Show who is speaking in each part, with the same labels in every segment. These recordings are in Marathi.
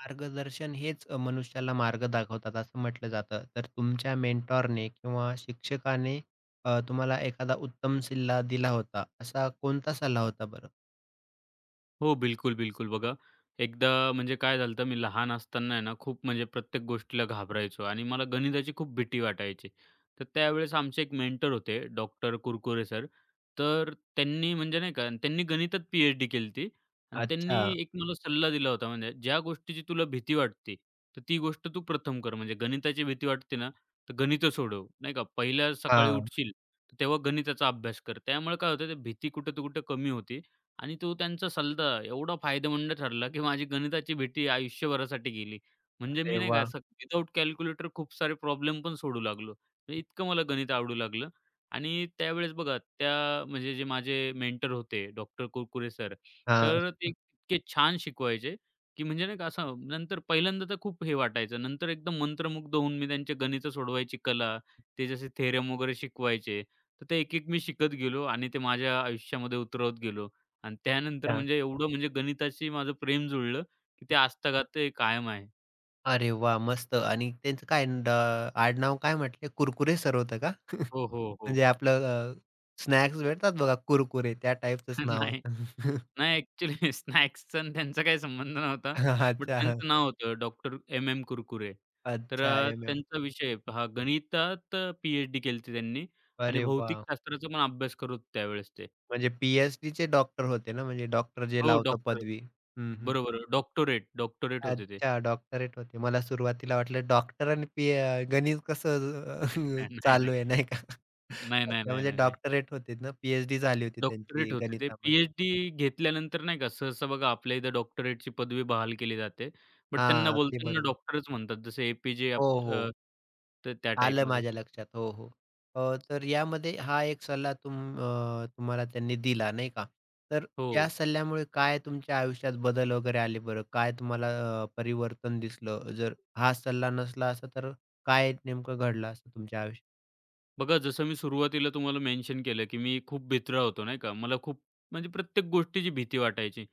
Speaker 1: मार्गदर्शन हेच मनुष्याला मार्ग दाखवतात असं म्हटलं जातं. तर तुमच्या मेंटॉरने किंवा शिक्षकाने तुम्हाला एखादा उत्तम सल्ला दिला होता. असा कोणता सल्ला होता बरं?
Speaker 2: हो, बिलकुल, बिलकुल. बघा, एकदा म्हणजे काय झालं मी लहान असताना आहे ना, खूप म्हणजे प्रत्येक गोष्टीला घाबरायचो आणि मला गणिताची खूप भीती वाटायची. तर त्यावेळेस आमचे एक मेंटर होते, डॉक्टर कुरकुरे सर. तर त्यांनी म्हणजे नाही का, त्यांनी गणितात पी-एच-डी केली होती आणि त्यांनी
Speaker 1: अच्छा.
Speaker 2: एक मला सल्ला दिला होता, म्हणजे ज्या गोष्टीची तुला भीती वाटते, तर ती गोष्ट तू प्रथम कर. म्हणजे गणिताची भीती वाटते ना, तर गणितं सोडव, नाही का. पहिल्या सकाळी
Speaker 1: हां.
Speaker 2: उठशील, तर तेव्हा गणिताचा अभ्यास कर. त्यामुळे काय होतं, ते भीती कुठं-कुठं कमी होती. आणि तो त्यांचा सल्ला एवढा फायदेमंद ठरला, की माझी गणिताची भीती आयुष्यभरासाठी गेली. म्हणजे
Speaker 1: अरे
Speaker 2: मी नाही का
Speaker 1: वाह!
Speaker 2: असं विदाऊट कॅल्क्युलेटर खूप सारे प्रॉब्लेम पण सोडू लागलो. म्हणजे इतकं मला गणित आवडू लागलं आणि त्यावेळेस बघा त्या म्हणजे जे माझे मेंटर होते डॉक्टर कुरकुरे सर,
Speaker 1: हां.
Speaker 2: तर ते इतके छान शिकवायचे, की म्हणजे नाही का असं नंतर पहिल्यांदा तर खूप हे वाटायचं. नंतर एकदम मंत्रमुग्ध होऊन मी त्यांचे गणितं सोडवायची कला, ते जसे थेरम वगैरे शिकवायचे, तर ते एक-एक मी शिकत गेलो आणि ते माझ्या आयुष्यामध्ये उतरवत गेलो. आणि त्यानंतर
Speaker 1: अच्छा.
Speaker 2: म्हणजे एवढं म्हणजे गणिताशी माझं प्रेम जुळलं, की ते आजतागायत ते कायम आहे.
Speaker 1: अरे वाह! मस्त आणि त्यांचं काय ड आडनाव काय म्हटले? कुरकुरे सर होतं का?
Speaker 2: हो, हो, हो.
Speaker 1: म्हणजे आपलं अ, स्नॅक्स भेटतात बघा कुरकुरे त्या टाइपचंच नाव
Speaker 2: नाही,
Speaker 1: होतं.
Speaker 2: नाही ॲक्चुअली स्नॅक्सचा आणि त्यांचा काही संबंध नव्हता. बट
Speaker 1: अच्छा.
Speaker 2: त्यांचं नाव होतं डॉक्टर एम-एम कुरकुरे. तर
Speaker 1: अच्छा. एम.एम.
Speaker 2: त्यांचा
Speaker 1: कुरकुरे.
Speaker 2: विषय हा गणितात पी-एच-डी केली होती त्यांनी आणि
Speaker 1: अरे वाह!
Speaker 2: भौतिकशास्त्राचा पण अभ्यास करत होते त्यावेळेस ते.
Speaker 1: म्हणजे पी चे डॉक्टर होते ना, म्हणजे डॉक्टर जे
Speaker 2: हो,
Speaker 1: लावतं
Speaker 2: डॉक्टर
Speaker 1: पदवी. हं, हं.
Speaker 2: बरोबर. डॉक्टोरेट होते ते.
Speaker 1: अच्छा डॉक्टरेट होते. मला सुरुवातीला वाटलं डॉक्टर आणि पी गणित कसं
Speaker 2: नाही, नाही.
Speaker 1: चालू आहे नाही का?
Speaker 2: नाही, नाही,
Speaker 1: अच्छा
Speaker 2: नाही,
Speaker 1: म्हणजे
Speaker 2: नाही, नाही.
Speaker 1: डॉक्टरेट होते ना, पी झाली होती
Speaker 2: डॉक्टरेट
Speaker 1: त्यांची
Speaker 2: होते ते.
Speaker 1: गणितामध्ये.
Speaker 2: पी-एच-डी घेतल्यानंतर नाही का सहसा बघा आपल्या इथं डॉक्टरेटची पदवी बहाल केली जाते. बट त्यांना
Speaker 1: हां, अगदी
Speaker 2: बोलताना
Speaker 1: बरोबर.
Speaker 2: डॉक्टरच म्हणतात जसे ए-पी-जे
Speaker 1: हो,
Speaker 2: अब्द
Speaker 1: हो.
Speaker 2: तर त्या
Speaker 1: आलं
Speaker 2: टाइपमध्ये.
Speaker 1: माझ्या लक्षात. हो, हो. अ, तर यामध्ये हा एक सल्ला तुम्हाला त्यांनी दिला नाही का? तर या
Speaker 2: हो.
Speaker 1: सल्ल्यामुळे काय तुमच्या आयुष्यात बदल वगैरे आले बरं? काय तुम्हाला परिवर्तन दिसलं? जर हा सल्ला नसला असता तर काय नेमकं घडलं असतं तुमच्या आयुष्यात?
Speaker 2: बघा, जसं मी सुरुवातीला तुम्हाला मेन्शन केलं, की मी खूप भित्र होतो, नाही का. मला खूप म्हणजे प्रत्येक गोष्टीची भीती वाटायची.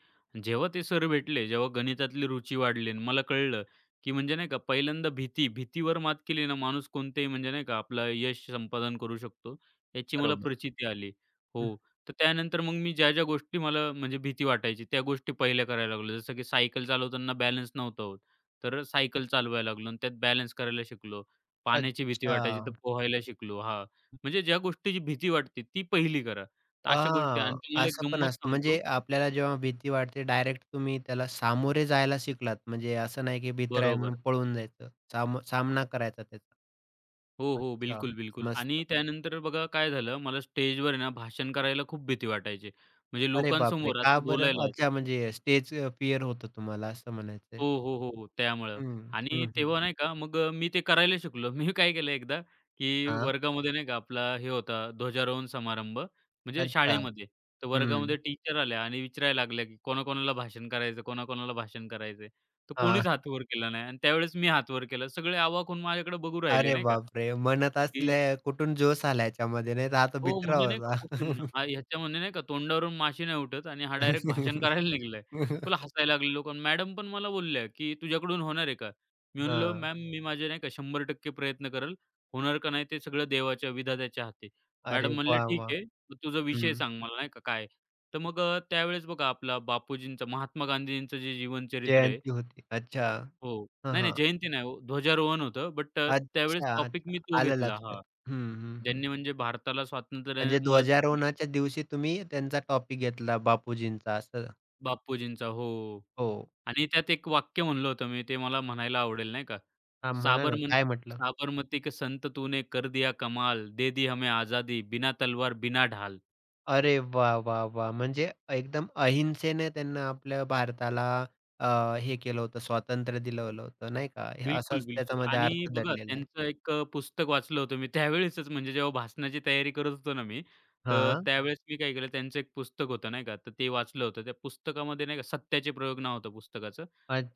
Speaker 2: जेव्हा ते सर भेटले, जेव्हा गणितातली रुची वाढली आणि मला कळलं, की म्हणजे नाही का पहिल्यांदा भीती, भीतीवर मात केली ना माणूस कोणतेही म्हणजे नाही का आपलं यश संपादन करू शकतो, याची मला
Speaker 1: बरोबर.
Speaker 2: प्रचिती आली.
Speaker 1: हं.
Speaker 2: हो. तर त्यानंतर मग मी ज्या-ज्या गोष्टी मला म्हणजे भीती वाटायची, त्या गोष्टी पहिल्या करायला लागलो. जसं की सायकल चालवताना बॅलन्स नव्हता होत, तर सायकल चालवायला लागलो आणि त्यात बॅलन्स करायला शिकलो.
Speaker 1: अच्छा.
Speaker 2: पाण्याची भीती वाटायची तर पोहायला शिकलो. हां. म्हणजे ज्या गोष्टीची भीती वाटते ती पहिली करा. तर अशा गोष्टी
Speaker 1: हां,
Speaker 2: आणि तुम्हाला एक
Speaker 1: असं पण
Speaker 2: गंमत
Speaker 1: असतं.
Speaker 2: सांगतो
Speaker 1: म्हणजे आपल्याला जेव्हा भीती वाटते डायरेक्ट तुम्ही त्याला सामोरे जायला शिकलात. म्हणजे असं नाही की भित्र
Speaker 2: बरोबर.
Speaker 1: म्हणून पळून जायचं. सामना करायचा त्याचा.
Speaker 2: हो, हो.
Speaker 1: अच्छा,
Speaker 2: बिलकुल, बिलकुल. आणि
Speaker 1: मस्त.
Speaker 2: त्यानंतर बघा काय झालं, मला स्टेजवर आहे ना भाषण करायला खूप भीती वाटायची. म्हणजे
Speaker 1: अरे बापरे!
Speaker 2: लोकांसमोर
Speaker 1: का
Speaker 2: असं
Speaker 1: बरं?
Speaker 2: बोलायला
Speaker 1: अच्छा म्हणजे स्टेज फिअर होतं तुम्हाला असं म्हणायचंय.
Speaker 2: हो, हो, हो, हो. त्यामुळं
Speaker 1: हं, हं,
Speaker 2: आणि
Speaker 1: हं.
Speaker 2: तेव्हा नाही का मग मी ते करायला शिकलो. मी काय केलं एकदा, की
Speaker 1: हां,
Speaker 2: वर्गामध्ये नाही का आपला हे होता ध्वजारोहण समारंभ म्हणजे
Speaker 1: अच्छा.
Speaker 2: शाळेमध्ये. तर
Speaker 1: हं.
Speaker 2: वर्गामध्ये टीचर आल्या आणि विचारायला लागल्या, की कोणाकोणाला भाषण करायचं, कोणाकोणाला भाषण करायचंय. तर
Speaker 1: हां.
Speaker 2: कोणीच हात वर केला नाही आणि त्यावेळेस मी हात वर केला. सगळे अवाक होऊन माझ्याकडे बघू राहिले
Speaker 1: अरे
Speaker 2: नाही का,
Speaker 1: बापरे! म्हणत
Speaker 2: की
Speaker 1: असले कुठून जोश आला याच्यामध्ये नाही तर हा तर
Speaker 2: हो,
Speaker 1: भित्रा
Speaker 2: म्हणजे नाही का कुठून
Speaker 1: होता.
Speaker 2: हा ह्याच्या म्हणजे नाही का तोंडावरून माशी नाही उठत आणि हा डायरेक्ट भाषण करायला निघालाय. फुल हसायला लागले लोकं. मॅडम पण मला बोलल्या, की "तुझ्याकडून होणार आहे का?" मी म्हणलो,
Speaker 1: हां.
Speaker 2: "मॅम मी माझे नाही का 100% प्रयत्न करेल. होणार का नाही ते सगळं देवाच्या, विधात्याच्या हाती."
Speaker 1: अरे
Speaker 2: मॅडम म्हणल्या,
Speaker 1: वाह!
Speaker 2: "ठीक
Speaker 1: वाह!
Speaker 2: आहे. मग तुझा विषय
Speaker 1: हं.
Speaker 2: सांग मला नाही का काय आहे?" तर मग त्यावेळेस बघा आपला बापूजींचं, महात्मा गांधीजींचं जे जीवनचरित्र आहे
Speaker 1: जयंती होती. अच्छा.
Speaker 2: हो.
Speaker 1: हां,
Speaker 2: नाही, नाही
Speaker 1: हां.
Speaker 2: जयंती नाही हो, ध्वजारोहण होतं. बट त्यावेळेस
Speaker 1: अच्छा,
Speaker 2: टॉपिक मी
Speaker 1: अच्छा.
Speaker 2: तो
Speaker 1: आलं
Speaker 2: घेतला
Speaker 1: लक्षात.
Speaker 2: हां.
Speaker 1: हं, हं, हं.
Speaker 2: ज्यांनी म्हणजे भारताला
Speaker 1: म्हणजे
Speaker 2: स्वातंत्र्यात मदत केली.
Speaker 1: ध्वजारोहणाच्या दिवशी तुम्ही त्यांचा टॉपिक घेतला बापूजींचा असं.
Speaker 2: बापूजींचा. हो.
Speaker 1: हो.
Speaker 2: आणि त्यात एक वाक्य म्हणलं होतं मी, ते मला म्हणायला आवडेल नाही का?
Speaker 1: हां, म्हणा ना
Speaker 2: साबरमन
Speaker 1: काय म्हटलं?
Speaker 2: साबरमती के संत तूने कर दिया कमाल, दे दी हमें आजादी, बिना तलवार बिना ढाल.
Speaker 1: अरे वाह, वाह, वाह! म्हणजे एकदम अहिंसेने त्यांना आपल्या भारताला अ, हे केलं होतं, स्वातंत्र्य दिलवलं होतं नाही का?
Speaker 2: बिलकुल,
Speaker 1: असाच
Speaker 2: बिलकुल.
Speaker 1: त्याच्यामध्ये
Speaker 2: आणि
Speaker 1: अर्थ
Speaker 2: बघा
Speaker 1: दडलेला आहे.
Speaker 2: त्यांचं एक पुस्तक वाचलं होतं मी त्यावेळेसच म्हणजे जेव्हा भाषणाची तयारी करत होतो ना मी, तर
Speaker 1: हां.
Speaker 2: त्यावेळेस मी काय केलं त्यांचं एक पुस्तक होतं नाही का, तर ते वाचलं होतं. त्या पुस्तकामध्ये नाही का सत्याचे प्रयोग नाव होतं पुस्तकाचं.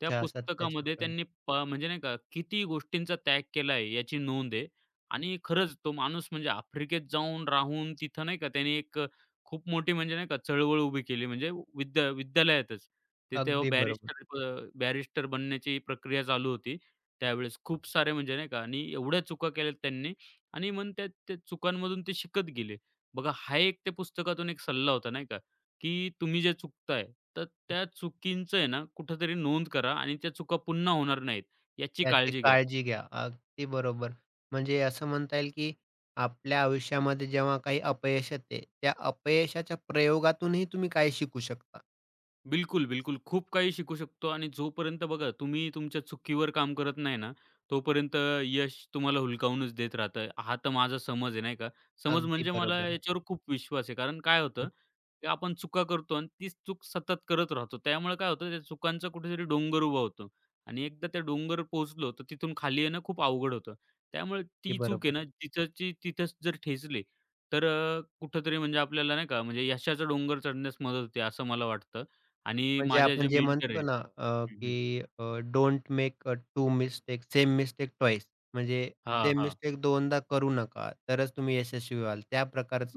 Speaker 2: त्या
Speaker 1: सत्याच्या
Speaker 2: पुस्तकामध्ये
Speaker 1: काळी.
Speaker 2: त्यांनी म्हणजे नाही का किती गोष्टींचा त्याग केला आहे याची नोंद आहे आणि खरंच तो माणूस म्हणजे आफ्रिकेत जाऊन राहून तिथं नाही का त्याने एक खूप मोठी म्हणजे नाही का चळवळ उभी केली म्हणजे विद्यालयातच. ते तेव्हा
Speaker 1: अगदी बरोबर.
Speaker 2: बॅरिस्टर बॅरिस्टर बनण्याची प्रक्रिया चालू होती. त्यावेळेस खूप सारे म्हणजे नाही का आणि एवढ्या चुका केल्यात त्यांनी आणि मग त्या त्या चुकांमधून ते शिकत गेले. बघा हा एक त्या पुस्तकातून एक सल्ला होता नाही का, की तुम्ही जे चुकताय तर त्या चुकींचं आहे ना कुठेतरी नोंद करा आणि त्या चुका पुन्हा होणार नाहीत याची
Speaker 1: याची
Speaker 2: काळजी घ्या.
Speaker 1: काळजी घ्या. अगदी बरोबर. म्हणजे असं म्हणता येईल, की आपल्या आयुष्यामध्ये जेव्हा काही अपयश येते, त्या अपयशाच्या प्रयोगातूनही तुम्ही काय शिकू शकता.
Speaker 2: बिलकुल, बिलकुल. खूप काही शिकू शकतो आणि जोपर्यंत बघा तुम्ही तुमच्या चुकीवर काम करत नाही ना, तोपर्यंत यश तुम्हाला हुलकावूनच देत राहतं. हा तर माझा समज आहे, नाही का. समज
Speaker 1: अगदी
Speaker 2: म्हणजे मला
Speaker 1: बरोबर.
Speaker 2: याच्यावर खूप विश्वास आहे. कारण काय होतं, की आपण चुका करतो आणि तीच चूक सतत करत राहतो. त्यामुळे काय होतं, त्या चुकांचा कुठेतरी डोंगर उभा होतो आणि एकदा त्या डोंगरावर पोहोचलो, तर तिथून खाली येणं खूप अवघड होतं. त्यामुळे
Speaker 1: अगदी
Speaker 2: ती चूक आहे
Speaker 1: बरोबर.
Speaker 2: ना, तिथंची तिथंच जर ठेचली, तर कुठेतरी म्हणजे आपल्याला नाही का, म्हणजे यशाचा डोंगर चढण्यास मदत होते, असं मला वाटतं. आणि
Speaker 1: म्हणजे
Speaker 2: माझ्या ज्या
Speaker 1: आपण जे
Speaker 2: मेंटर
Speaker 1: म्हणतो
Speaker 2: आहेत
Speaker 1: ना,
Speaker 2: हं, हं.
Speaker 1: की don't make two mistakes same mistake twice. म्हणजे
Speaker 2: हां,
Speaker 1: सेम
Speaker 2: हां.
Speaker 1: मिस्टेक दोनदा करू नका, तरच तुम्ही यशस्वी व्हाल. त्या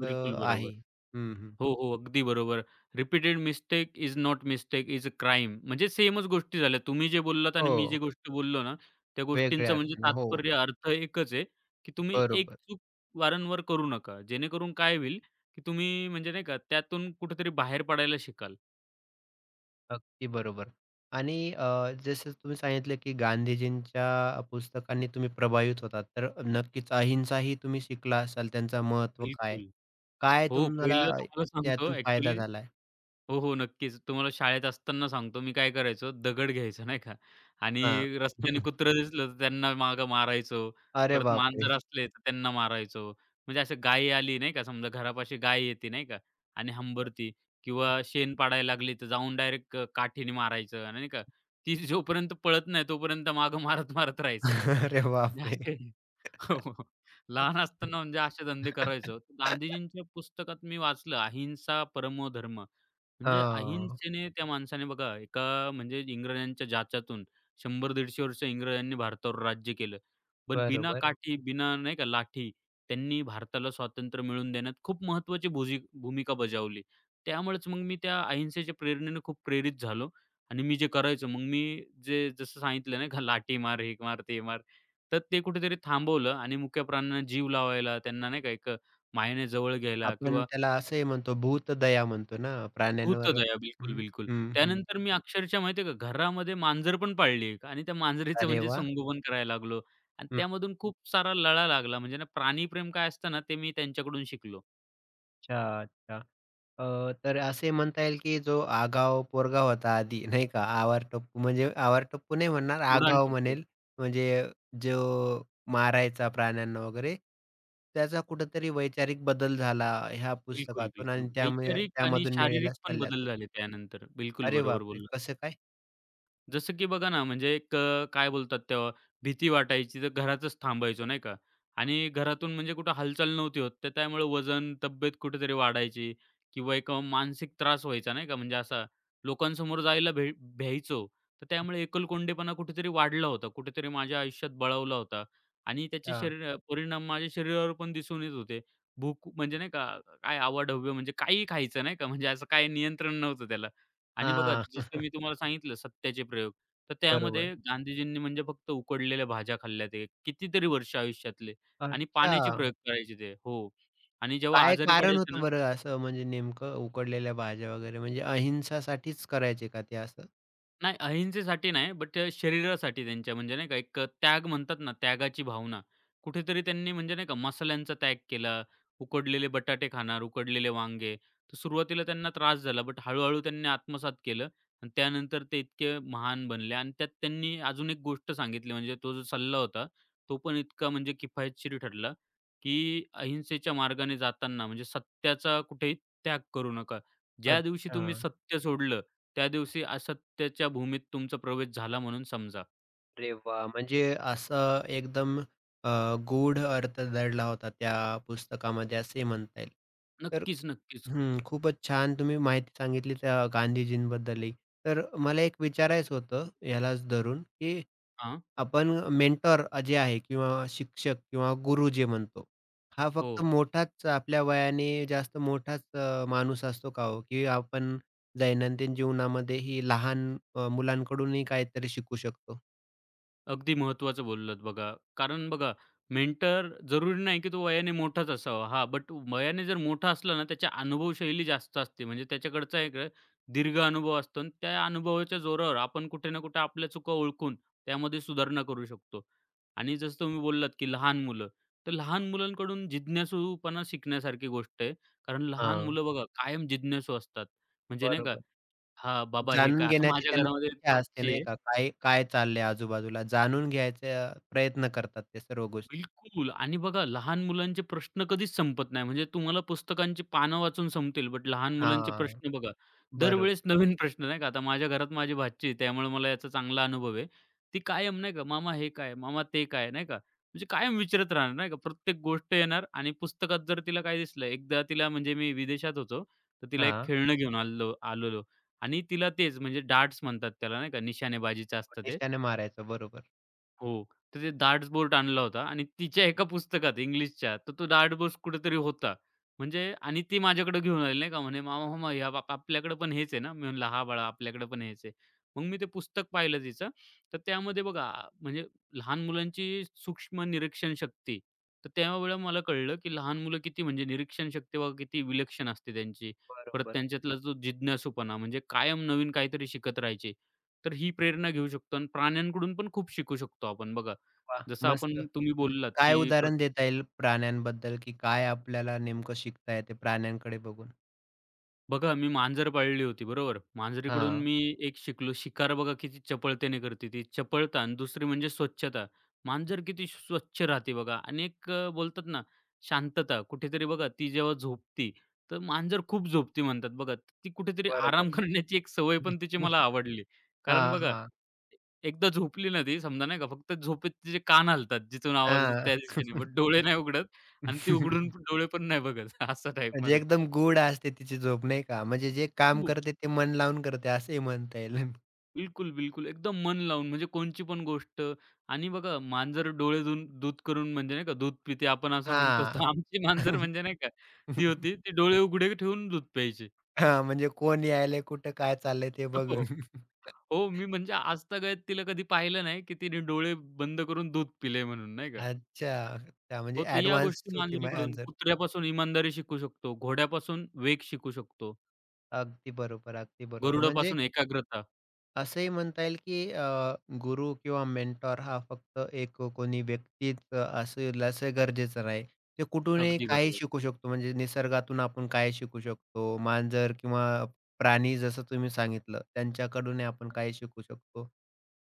Speaker 2: बिलकुल बरोबर.
Speaker 1: आहे. हं, हं.
Speaker 2: हो, हो. अगदी बरोबर. Repeated mistake is not mistake is a crime. म्हणजे सेमच गोष्टी झाल्या. तुम्ही जे बोललात आणि मी
Speaker 1: हो.
Speaker 2: जे गोष्ट बोललो ना, त्या
Speaker 1: वेगळ्या
Speaker 2: गोष्टींचं म्हणजे
Speaker 1: अर्थाने. हो.
Speaker 2: तात्पर्य अर्थ एकच आहे, की तुम्ही एक
Speaker 1: बरोबर.
Speaker 2: चूक वारंवार करू नका. जेणेकरून काय होईल, की तुम्ही म्हणजे नाही का त्यातून कुठेतरी बाहेर पडायला शिकाल.
Speaker 1: अगदी बरोबर. आणि जसं तुम्ही सांगितलं, की गांधीजींच्या पुस्तकांनी तुम्ही प्रभावित होतात. तर नक्कीच अहिंसाही तुम्ही शिकला असाल, त्यांचं महत्त्व काय?
Speaker 2: बिलकुल.
Speaker 1: काय
Speaker 2: हो,
Speaker 1: तुम्हाला
Speaker 2: पहिलं तुम्हाला सांगतो
Speaker 1: त्यातून फायदा
Speaker 2: ॲक्चुअली
Speaker 1: झालाय?
Speaker 2: हो, हो. नक्कीच. तुम्हाला शाळेत असताना सांगतो मी काय करायचो, दगड घ्यायचो नाही का
Speaker 1: हां.
Speaker 2: आणि रस्त्याने कुत्रं दिसलं तर त्यांना मागं मारायचो.
Speaker 1: अरे
Speaker 2: परत
Speaker 1: बापरे!
Speaker 2: मांजर असले तर त्यांना मारायचो. म्हणजे असं गाय आली नाही का, समजा घरापाशी गाय येते नाही का आणि हंबरती किंवा शेण पाडायला लागली तर जाऊन डायरेक्ट काठीने मारायचं आणि नाही का. ती जोपर्यंत पळत नाही तोपर्यंत मागं मारत, मारत राहायचं.
Speaker 1: अरे
Speaker 2: म्हणजे
Speaker 1: बापरे!
Speaker 2: असे हो, हो. हो. लहान असताना म्हणजे असे धंदे करायचो. गांधीजींच्या पुस्तकात मी वाचलं अहिंसा परमो धर्म. म्हणजे
Speaker 1: हां,
Speaker 2: अहिंसेने त्या माणसाने बघा एका म्हणजे इंग्रजांच्या जाचातून 100-150 वर्ष इंग्रजांनी भारतावर राज्य केलं. पण बिना
Speaker 1: बरोबर.
Speaker 2: काठी, बिना नाही का लाठी त्यांनी भारताला स्वातंत्र्य मिळवून देण्यात खूप महत्त्वाची भूमिका बजावली. त्यामुळेच मग मी त्या अहिंसेच्या प्रेरणेने खूप प्रेरित झालो आणि मी जे करायचो मग मी जे जसं सांगितलं नाही का लाठी मार, हे मार, ते मार. तर ते कुठेतरी थांबवलं आणि मुक्या प्राण्यांना जीव लावायला त्यांना नाही का एक मायेने जवळ घ्यायला
Speaker 1: आपण
Speaker 2: किंवा
Speaker 1: त्याला असंही म्हणतो, भूतदया म्हणतो ना प्राण्यांवर.
Speaker 2: भूतदया. बिलकुल,
Speaker 1: हं,
Speaker 2: बिलकुल.
Speaker 1: हं, हं.
Speaker 2: त्यानंतर मी अक्षरशः माहिती आहे का घरामध्ये मांजर पण पाळली एक आणि त्या मांजरीचं
Speaker 1: अरे
Speaker 2: म्हणजे
Speaker 1: वाह!
Speaker 2: संगोपन करायला लागलो आणि त्यामधून खूप सारा लळा लागला. म्हणजे ना प्राणीप्रेम काय असतं ना ते मी त्यांच्याकडून शिकलो.
Speaker 1: अच्छा, अच्छा. तर असे म्हणता येईल, की जो आगाव पोरगा होता आधी नाही का, आवारटप्पू म्हणजे आवारटप्पू नाही म्हणणार,
Speaker 2: उडाण
Speaker 1: आगाऊ
Speaker 2: टप्पू.
Speaker 1: म्हणेल. म्हणजे जो मारायचा प्राण्यांना वगैरे, त्याचा कुठेतरी वैचारिक बदल झाला ह्या
Speaker 2: बिलकुल,
Speaker 1: पुस्तकातून
Speaker 2: बिलकुल.
Speaker 1: आणि त्यामुळे
Speaker 2: वैचारिक आणि
Speaker 1: त्यामधून मिळालेल्या
Speaker 2: शारीरिक पण बदल
Speaker 1: सल्ल्यातून.
Speaker 2: झाले त्यानंतर. बिलकुल
Speaker 1: अरे
Speaker 2: बरोबर
Speaker 1: बापरे!
Speaker 2: बोललात.
Speaker 1: कसं काय?
Speaker 2: जसं की बघा ना, म्हणजे एक काय बोलतात तेव्हा, भीती वाटायची तर घरातच थांबायचो नाही का? आणि घरातून म्हणजे कुठं हालचाल नव्हती होत, तर त्यामुळे वजन, तब्येत कुठेतरी वाढायची किंवा एक मानसिक त्रास व्हायचा नाही का? म्हणजे असा लोकांसमोर जायला भ्यायचो. तर त्यामुळे एकलकोंडेपणा कुठेतरी वाढला होता, कुठेतरी माझ्या आयुष्यात बळावला होता आणि त्याचे
Speaker 1: अच्छा.
Speaker 2: शरीर परिणाम माझ्या शरीरावर पण दिसून येत होते. भूक म्हणजे नाही का, काय अवाढव्य म्हणजे काहीही खायचं नाही का, म्हणजे असं काही नियंत्रण नव्हतं त्याला. आणि बघा
Speaker 1: हां,
Speaker 2: जसं मी तुम्हाला सांगितलं सत्याचे प्रयोग, तर
Speaker 1: बरोबर.
Speaker 2: त्यामध्ये गांधीजींनी म्हणजे फक्त उकडलेल्या भाज्या खाल्ल्या ते कितीतरी वर्ष आयुष्यातले आणि
Speaker 1: अच्छा.
Speaker 2: पाण्याचे प्रयोग करायचे ते. हो. आणि जेव्हा
Speaker 1: काय
Speaker 2: आजारी
Speaker 1: कारण
Speaker 2: पडायचे
Speaker 1: होतं
Speaker 2: ना
Speaker 1: बरं असं म्हणजे नेमकं उकडलेल्या भाज्या वगैरे म्हणजे अहिंसासाठीच करायचे का ते असं?
Speaker 2: नाही, अहिंसेसाठी नाही, बट शरीरासाठी त्यांच्या म्हणजे नाही का एक त्याग म्हणतात ना, त्यागाची भावना. कुठेतरी त्यांनी म्हणजे नाही का मसाल्यांचा त्याग केला, उकडलेले बटाटे खाणार, उकडलेले वांगे. तर सुरुवातीला त्यांना त्रास झाला, बट हळू-हळू त्यांनी आत्मसात केलं आणि त्यानंतर ते इतके महान बनले आणि त्यात त्यांनी अजून एक गोष्ट सांगितली म्हणजे तो जो सल्ला होता, तो पण इतका म्हणजे किफायतशीर ठरला, की अहिंसेच्या मार्गाने जाताना म्हणजे सत्याचा कुठेही त्याग करू नका. ज्या दिवशी
Speaker 1: अच्छा.
Speaker 2: तुम्ही सत्य सोडलं, त्या दिवशी असत्याच्या भूमीत तुमचा प्रवेश झाला म्हणून समजा.
Speaker 1: अरे वाह! म्हणजे असं एकदम अ, गूढ अर्थ दडला होता त्या पुस्तकामध्ये असे म्हणता येईल. तर
Speaker 2: नक्कीच, नक्कीच.
Speaker 1: हं, खूपच छान तुम्ही माहिती सांगितली त्या गांधीजींबद्दलही. तर मला एक विचारायचं होतं यालाच धरून, की
Speaker 2: हां.
Speaker 1: आपण मेंटॉर जे आहे किंवा शिक्षक किंवा गुरु जे म्हणतो, हा
Speaker 2: हो.
Speaker 1: फक्त मोठाच आपल्या वयाने जास्त मोठाच माणूस असतो का हो? की आपण दैनंदिन जीवनामध्येही लहान मुलांकडूनही काहीतरी शिकू शकतो?
Speaker 2: अगदी महत्त्वाचं बोललात बघा. कारण बघा मेंटर जरुरी नाही की तो वयाने मोठाच असावा. हां, बट वयाने जर मोठा असला ना, त्याच्या अनुभवशैली जास्त असते. म्हणजे त्याच्याकडचा एक दीर्घ अनुभव असतो आणि त्या अनुभवाच्या जोरावर आपण कुठे ना कुठे आपल्या चुका ओळखून त्यामध्ये सुधारणा करू शकतो. आणि जसं तुम्ही बोललात की लहान मुलं, तर लहान मुलांकडून जिज्ञासूपणा शिकण्यासारखी गोष्ट आहे. कारण लहान मुलं बघा कायम जिज्ञासू असतात. म्हणजे नाही का,
Speaker 1: बरोबर.
Speaker 2: "हां, बाबा हे काय?"
Speaker 1: जाणून
Speaker 2: आता
Speaker 1: घेण्याची
Speaker 2: माझ्या
Speaker 1: त्यांना
Speaker 2: घरामध्ये एक
Speaker 1: इच्छा असते
Speaker 2: भाची
Speaker 1: नाही
Speaker 2: आहे.
Speaker 1: का? काय काय चाललंय आजूबाजूला जाणून घ्यायचा प्रयत्न करतात ते सर्व गोष्टी.
Speaker 2: बिलकुल आणि बघा लहान मुलांचे प्रश्न कधीच संपत नाही. म्हणजे तुम्हाला पुस्तकांची पानं वाचून संपतील, बट लहान मुलांचे
Speaker 1: हां,
Speaker 2: प्रश्न बघा,
Speaker 1: बरोबर.
Speaker 2: दरवेळेस नवीन प्रश्न नाही का. आता माझ्या घरात माझी भाची आहे, त्यामुळे मला याचा चांगला अनुभव आहे. ती कायम नाही का, "मामा हे काय? मामा ते काय?" नाही का. म्हणजे कायम विचारत राहणार नाही का. प्रत्येक गोष्ट येणार आणि पुस्तकात जर तिला काय दिसलं, एकदा तिला म्हणजे मी विदेशात होतो, तर तिला एक
Speaker 1: हां,
Speaker 2: खेळणं घेऊन आलेलो आलेलो आणि तिला तेच म्हणजे डार्ट्स म्हणतात त्याला नाही का, निशाणेबाजीचं असतं ते.
Speaker 1: निशाने मारायचं बरोबर.
Speaker 2: हो. तर ते डार्टबोर्ड आणला होता आणि तिच्या एका पुस्तकात इंग्लिशच्या, तर तो डार्टबोर्ड कुठेतरी होता. म्हणजे आणि ती माझ्याकडे घेऊन आली नाही का, म्हणे, "मामा, मामा, हे आपल्याकडे पण हेच आहे ना?" मी म्हणलं, "हां, बाळा, आपल्याकडे पण हेच आहे." मग मी ते पुस्तक पाहिलं तिचं, तर त्यामध्ये बघा म्हणजे लहान मुलांची सूक्ष्म निरीक्षण शक्ती, तर त्यावेळेला मला कळलं, की लहान मुलं किती म्हणजे निरीक्षण शक्ती बघा किती विलक्षण असते त्यांची. परत
Speaker 1: बरोबर.
Speaker 2: त्यांच्यातला जो जिज्ञासूपणा म्हणजे कायम नवीन काहीतरी शिकत राहायचे. तर ही प्रेरणा घेऊ शकतो आणि प्राण्यांकडून पण खूप शिकू शकतो आपण बघा.
Speaker 1: वाह!
Speaker 2: जसं
Speaker 1: मस्त.
Speaker 2: आपण तुम्ही बोललात,
Speaker 1: काय
Speaker 2: की
Speaker 1: उदाहरण देता येईल प्राण्यांबद्दल, की काय आपल्याला नेमकं शिकता येते प्राण्यांकडे बघून?
Speaker 2: बघा मी मांजर पाळली होती बरोबर. मांजरीकडून
Speaker 1: हां.
Speaker 2: मी एक शिकलो, शिकार बघा किती चपळतेने करते ती. चपळता आणि दुसरी म्हणजे स्वच्छता. मांजर किती स्वच्छ राहते बघा आणि एक बोलतात ना शांतता कुठेतरी बघा ती जेव्हा झोपती, तर मांजर खूप झोपती म्हणतात बघा. ती कुठेतरी
Speaker 1: बरोबर
Speaker 2: आराम करण्याची एक सवय पण तिची
Speaker 1: आहे.
Speaker 2: मला आवडली. कारण
Speaker 1: हां,
Speaker 2: बघा
Speaker 1: हां.
Speaker 2: एकदा झोपली ना ती समजा नाही का, फक्त झोपेत तिचे कान हलतात जिथून आवाज येतो त्या दिशेने, बट डोळे नाही उघडत आणि ती उघडून पण- डोळे पण नाही बघत असा
Speaker 1: म्हणजे
Speaker 2: टाईपमध्ये.
Speaker 1: एकदम गूढ असते तिची झोप नाही का? म्हणजे जे काम
Speaker 2: खूप.
Speaker 1: करते ते मन लावून करते असंही म्हणता येईल.
Speaker 2: बिलकुल, बिलकुल. एकदम मन लावून म्हणजे कोणची पण गोष्ट आणि बघा मांजर डोळे धुवून दूध करून म्हणजे नाही का दूध पिते आपण असं म्हणतो.
Speaker 1: हां.
Speaker 2: तर आमची मांजर म्हणजे नाही का ती होती ती डोळे उघडे ठेवून दूध प्यायची.
Speaker 1: हां, म्हणजे कोण यायलंय, कुठं काय चाललंय ते
Speaker 2: हो,
Speaker 1: बघून.
Speaker 2: हो. मी म्हणजे आजतागत तिला कधी पाहिलं नाही, की तिने डोळे बंद करून दूध पिले म्हणून नाही का.
Speaker 1: अच्छा. त्या म्हणजे
Speaker 2: हो, तर या
Speaker 1: ॲडव्हान्स
Speaker 2: गोष्टी
Speaker 1: होती मग
Speaker 2: मांजरीकडून
Speaker 1: आन्सर.
Speaker 2: कुत्र्यापासून इमानदारी शिकू शकतो, घोड्यापासून वेग शिकू शकतो,
Speaker 1: अगदी बरोबर, अगदी बरोबर. म्हणजे
Speaker 2: गरुडापासून एकाग्रता.
Speaker 1: असंही म्हणता येईल की गुरु किंवा मेंटॉर हा फक्त एक कोणी व्यक्तीच असेल असं गरजेचं नाही. ते कुठूनही
Speaker 2: अगदी
Speaker 1: काही
Speaker 2: बरोबर.
Speaker 1: शिकू शकतो म्हणजे निसर्गातून आपण काय शिकू शकतो, मांजर किंवा प्राणी जसं तुम्ही सांगितलं त्यांच्याकडूनही आपण काय शिकू शकतो.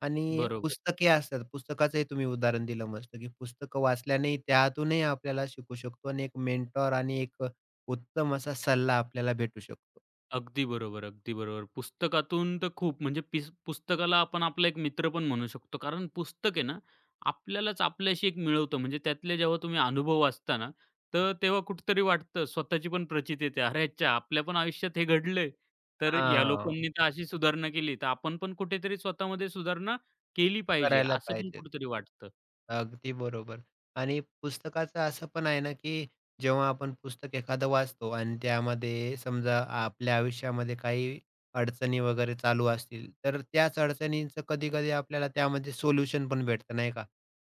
Speaker 1: आणि
Speaker 2: बरोबर.
Speaker 1: पुस्तके असतात, पुस्तकाचंही तुम्ही उदाहरण दिलं मस्त की पुस्तकं वाचल्याने त्यातूनही आपल्याला शिकू शकतो आणि एक मेंटॉर आणि एक उत्तम असा सल्ला आपल्याला भेटू शकतो.
Speaker 2: अगदी बरोबर, अगदी बरोबर. पुस्तकातून तर खूप म्हणजे पुस्तकाला आपण आपला एक मित्र पण म्हणू शकतो. कारण पुस्तक आहे ना, आपल्यालाच आपल्याशी एक मिळवतं. म्हणजे त्यातले जेव्हा तुम्ही अनुभव वाचता ना, तर तेव्हा कुठेतरी वाटतं स्वतःची पण प्रचिती येते. "अरे अच्छा! आपल्या पण आयुष्यात हे घडलंय. तर या
Speaker 1: हां,
Speaker 2: लोकांनी तर अशी सुधारणा केली, तर आपण पण कुठेतरी स्वतःमध्ये सुधारणा केली पाहिजे."
Speaker 1: करायला
Speaker 2: असं पण
Speaker 1: पाहिजे.
Speaker 2: कुठेतरी वाटतं.
Speaker 1: अगदी बरोबर. आणि पुस्तकाचं असं पण आहे ना, की जेव्हा आपण पुस्तक एखादं वाचतो आणि त्यामध्ये समजा आपल्या आयुष्यामध्ये काही अडचणी वगैरे चालू असतील, तर त्याच अडचणींचं कधी-कधी आपल्याला त्यामध्ये सोल्युशन पण भेटतं नाही का?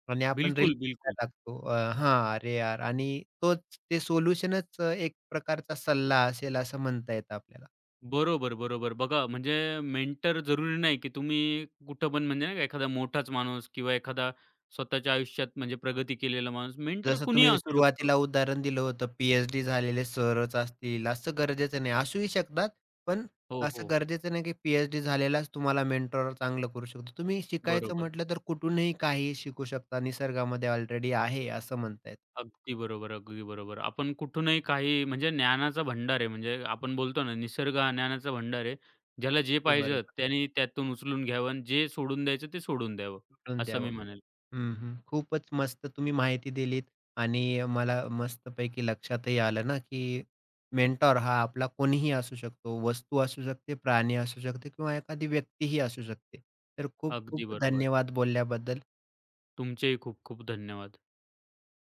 Speaker 1: आणि आपण
Speaker 2: बिलकुल,
Speaker 1: रिलॅक्स
Speaker 2: बिलकुल.
Speaker 1: लागतो. हां, अरे यार! आणि तोच ते सोल्युशनच एक प्रकारचा सल्ला असेल असं म्हणता येतं आपल्याला.
Speaker 2: बरोबर, बरोबर. बघा म्हणजे मेंटर जरुरी नाही, की तुम्ही कुठं पण म्हणजे नाही का एखादा मोठाच माणूस किंवा एखादा स्वतःच्या आयुष्यात म्हणजे प्रगती केलेला माणूस, मेंटर
Speaker 1: जसं
Speaker 2: कुणीही
Speaker 1: तुम्ही
Speaker 2: असू शकतो.
Speaker 1: सुरुवातीला उदाहरण दिलं होतं, पी-एच-डी झालेले सरच असतील, असं गरजेचं नाही. असूही शकतात, पण
Speaker 2: हो, हो,
Speaker 1: असं
Speaker 2: हो.
Speaker 1: गरजेचं नाही की पी-एच-डी झालेलाच तुम्हाला मेंटॉर चांगलं करू शकतो. तुम्ही शिकायचं
Speaker 2: बरोबर.
Speaker 1: म्हटलं तर कुठूनही काहीही शिकू शकता. निसर्गामध्ये ऑलरेडी आहे असं म्हणतायत.
Speaker 2: अगदी बरोबर, अगदी बरोबर. आपण कुठूनही काही म्हणजे ज्ञानाचा भंडार आहे. म्हणजे आपण बोलतो ना, निसर्ग हा ज्ञानाचा भंडार आहे. ज्याला जे
Speaker 1: ते
Speaker 2: पाहिजे
Speaker 1: बरोबर.
Speaker 2: त्याने त्यातून उचलून घ्यावं आणि जे सोडून द्यायचं ते सोडून द्यावं,
Speaker 1: कुठून
Speaker 2: असं मी
Speaker 1: द्यावं.
Speaker 2: म्हणेल.
Speaker 1: हं, हं. खूपच मस्त तुम्ही माहिती दिलीत आणि मला मस्तपैकी लक्षातही आलं ना, की मेंटॉर हा आपला कोणीही असू शकतो. वस्तू असू शकते, प्राणी असू शकते किंवा एखादी व्यक्तीही असू शकते. तर खूप
Speaker 2: अगदी
Speaker 1: खूप
Speaker 2: बरोबर.
Speaker 1: धन्यवाद बोलल्याबद्दल.
Speaker 2: तुमचेही खूप खूप धन्यवाद.